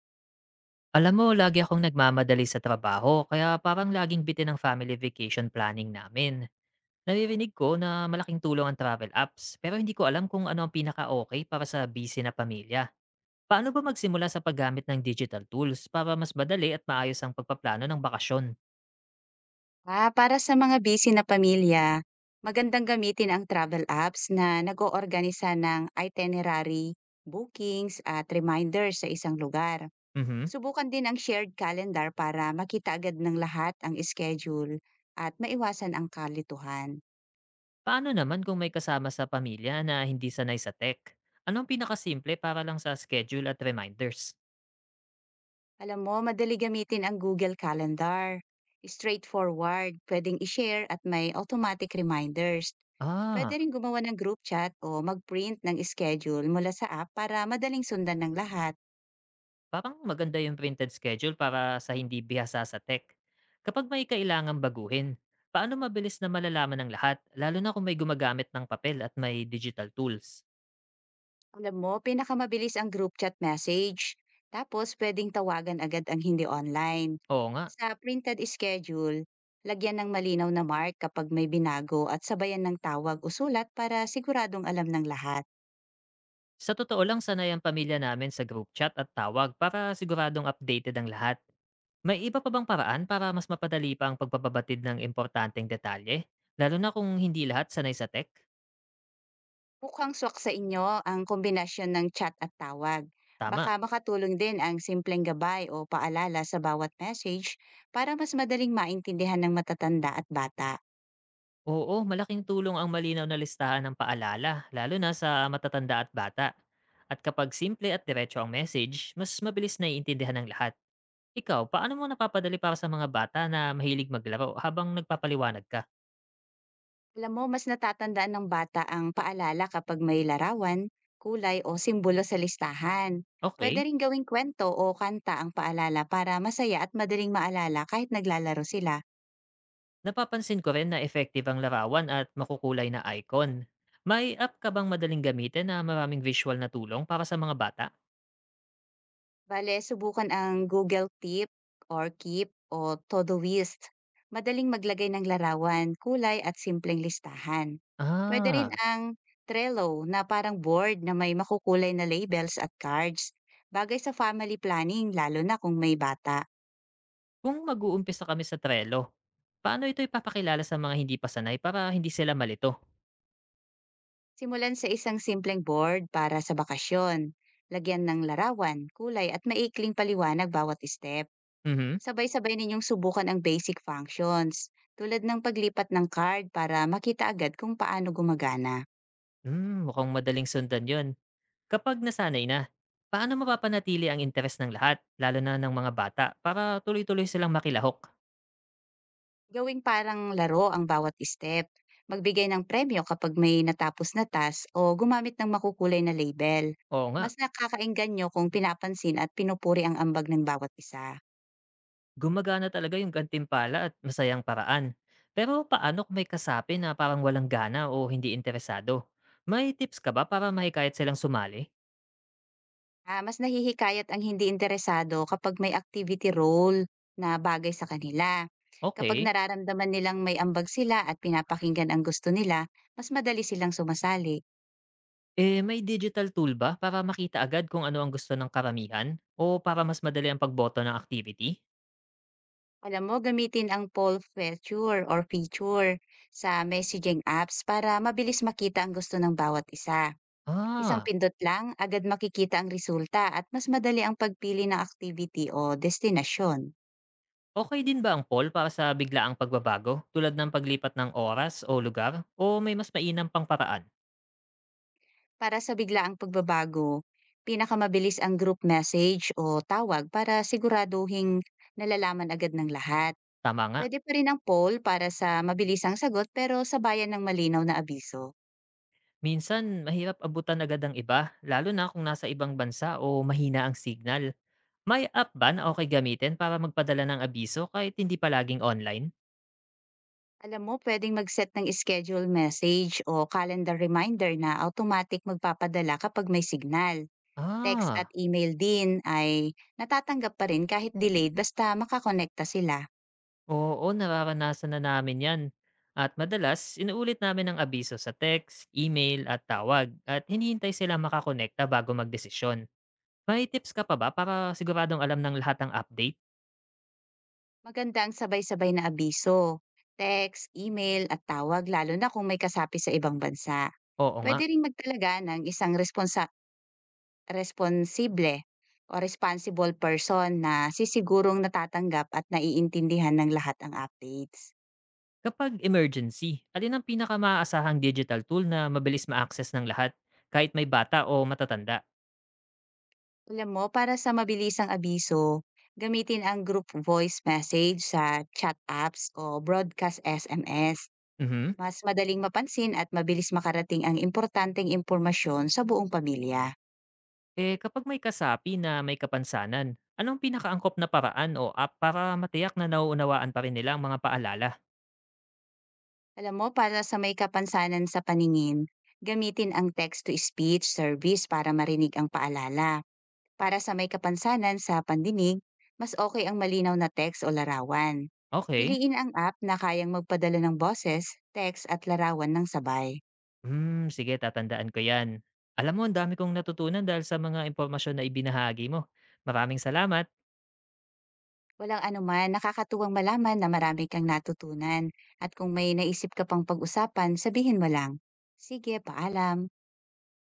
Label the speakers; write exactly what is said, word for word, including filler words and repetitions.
Speaker 1: Alam mo, lagi akong nagmamadali sa trabaho, kaya parang laging bitin ang family vacation planning namin. Naririnig ko na malaking tulong ang travel apps, pero hindi ko alam kung ano ang pinaka-okay para sa busy na pamilya. Paano ba magsimula sa paggamit ng digital tools para mas madali at maayos ang pagpaplano ng bakasyon?
Speaker 2: Ah, para sa mga busy na pamilya, magandang gamitin ang travel apps na nag-oorganisa ng itinerary, bookings at reminders sa isang lugar.
Speaker 1: Mhm.
Speaker 2: Subukan din ang shared calendar para makita agad ng lahat ang schedule at maiwasan ang kalituhan.
Speaker 1: Paano naman kung may kasama sa pamilya na hindi sanay sa tech? Ano ang pinakasimple para lang sa schedule at reminders?
Speaker 2: Alam mo, madali gamitin ang Google Calendar. Straightforward, pwedeng i-share at may automatic reminders. Pwede
Speaker 1: Ah.
Speaker 2: rin gumawa ng group chat o mag-print ng schedule mula sa app para madaling sundan ng lahat.
Speaker 1: Parang maganda yung printed schedule para sa hindi bihasa sa tech. Kapag may kailangang baguhin, paano mabilis na malalaman ng lahat, lalo na kung may gumagamit ng papel at may digital tools?
Speaker 2: Alam mo, pinakamabilis ang group chat message. Tapos, pwedeng tawagan agad ang hindi online.
Speaker 1: Oo nga.
Speaker 2: Sa printed schedule, lagyan ng malinaw na mark kapag may binago at sabayan ng tawag o sulat para siguradong alam ng lahat.
Speaker 1: Sa totoo lang, sanay ang pamilya namin sa group chat at tawag para siguradong updated ang lahat. May iba pa bang paraan para mas mapadali pa ang pagpapabatid ng importanteng detalye? Lalo na kung hindi lahat sanay sa tech?
Speaker 2: Mukhang swak sa inyo ang kombinasyon ng chat at tawag.
Speaker 1: Tama.
Speaker 2: Baka makatulong din ang simpleng gabay o paalala sa bawat message para mas madaling maintindihan ng matatanda at bata.
Speaker 1: Oo, malaking tulong ang malinaw na listahan ng paalala, lalo na sa matatanda at bata. At kapag simple at diretso ang message, mas mabilis na iintindihan ng lahat. Ikaw, paano mo napapadali para sa mga bata na mahilig maglaro habang nagpapaliwanag ka?
Speaker 2: Alam mo, mas natatandaan ng bata ang paalala kapag may larawan, kulay o simbolo sa listahan. Pwede
Speaker 1: Okay,
Speaker 2: rin gawing kwento o kanta ang paalala para masaya at madaling maalala kahit naglalaro sila.
Speaker 1: napapansin ko rin na effective ang larawan at makukulay na icon. May app ka bang madaling gamitin na maraming visual na tulong para sa mga bata?
Speaker 2: Bale, subukan ang Google Tip or Keep o Todoist. Madaling maglagay ng larawan, kulay at simpleng listahan. Pwede rin
Speaker 1: Ah,
Speaker 2: ang Trello na parang board na may makukulay na labels at cards. Bagay sa family planning lalo na kung may bata.
Speaker 1: kung mag-uumpisa kami sa Trello, paano ito ipapakilala sa mga hindi pa sanay para hindi sila malito?
Speaker 2: Simulan sa isang simpleng board para sa bakasyon. Lagyan ng larawan, kulay at maikling paliwanag bawat step.
Speaker 1: Mhm.
Speaker 2: Sabay-sabay ninyong subukan ang basic functions, tulad ng paglipat ng card para makita agad kung paano gumagana.
Speaker 1: Hmm, mukhang madaling sundan 'yon. Kapag nasanay na, paano mapapanatili ang interes ng lahat, lalo na ng mga bata, para tuloy-tuloy silang makilahok?
Speaker 2: Gawing parang laro ang bawat step. Magbigay ng premyo kapag may natapos na task o gumamit ng makukulay na label.
Speaker 1: Oo nga,
Speaker 2: Mas nakakainggan nyo kung pinapansin at pinupuri ang ambag ng bawat isa.
Speaker 1: gumagana talaga yung gantimpala at masayang paraan. Pero paano kung may kasapi na parang walang gana o hindi interesado? May tips ka ba para mahikayat silang sumali?
Speaker 2: Ah, mas nahihikayat ang hindi interesado kapag may activity role na bagay sa kanila. Kapag
Speaker 1: Okay.
Speaker 2: nararamdaman nilang may ambag sila at pinapakinggan ang gusto nila, mas madali silang sumasali.
Speaker 1: Eh, may digital tool ba para makita agad kung ano ang gusto ng karamihan? O para mas madali ang pagboto ng activity?
Speaker 2: Alam mo, gamitin ang poll feature or feature sa messaging apps para mabilis makita ang gusto ng bawat isa. Isang
Speaker 1: Ah.
Speaker 2: pindot lang, agad makikita ang resulta at mas madali ang pagpili ng activity o destinasyon.
Speaker 1: Okey din ba ang poll para sa biglaang pagbabago tulad ng paglipat ng oras o lugar o may mas mainam pang paraan?
Speaker 2: Para sa biglaang pagbabago, pinakamabilis ang group message o tawag para siguraduhin nalalaman agad ng lahat.
Speaker 1: Tama nga,
Speaker 2: Pwede pa rin ang poll para sa mabilisang sagot pero sabayan ng malinaw na abiso.
Speaker 1: minsan mahirap abutan agad ang iba lalo na kung nasa ibang bansa o mahina ang signal. May app ba na okay gamitin para magpadala ng abiso kahit hindi palaging online?
Speaker 2: Alam mo, pwedeng mag-set ng schedule message o calendar reminder na automatic magpapadala kapag may signal. Text at
Speaker 1: Ah,
Speaker 2: email din ay natatanggap pa rin kahit delayed basta makakonekta sila.
Speaker 1: oo nararanasan na namin 'yan. At madalas inuulit namin ang abiso sa text, email at tawag at hinihintay sila makakonekta bago magdesisyon. May tips ka pa ba para siguradong alam ng lahat ang update?
Speaker 2: Maganda ang sabay-sabay na abiso, text, email at tawag lalo na kung may kasapi sa ibang bansa.
Speaker 1: Oo nga.
Speaker 2: Pwede ring magtalaga ng isang responsa responsible o responsible person na sisigurong natatanggap at naiintindihan ng lahat ang updates.
Speaker 1: Kapag emergency, alin ang pinakamaasahang digital tool na mabilis ma-access ng lahat, kahit may bata o matatanda?
Speaker 2: Alam mo, para sa mabilisang abiso, gamitin ang group voice message sa chat apps o broadcast S M S.
Speaker 1: Mhm.
Speaker 2: Mas madaling mapansin at mabilis makarating ang importanteng impormasyon sa buong pamilya.
Speaker 1: Eh kapag may kasapi na may kapansanan, anong pinakaangkop na paraan o app para matiyak na nauunawaan pa rin nila ang mga paalala?
Speaker 2: Alam mo, para sa may kapansanan sa paningin, gamitin ang text-to-speech service para marinig ang paalala. Para sa may kapansanan sa pandinig, mas okay ang malinaw na text o larawan.
Speaker 1: Okay.
Speaker 2: Piliin ang app na kayang magpadala ng boses, text at larawan ng sabay.
Speaker 1: Hmm, sige tatandaan ko yan. Alam mo, ang dami kong natutunan dahil sa mga impormasyon na ibinahagi mo. Maraming salamat.
Speaker 2: Walang anuman, nakakatuwang malaman na marami kang natutunan at kung may naisip ka pang pag-usapan, sabihin mo lang. Sige, paalam.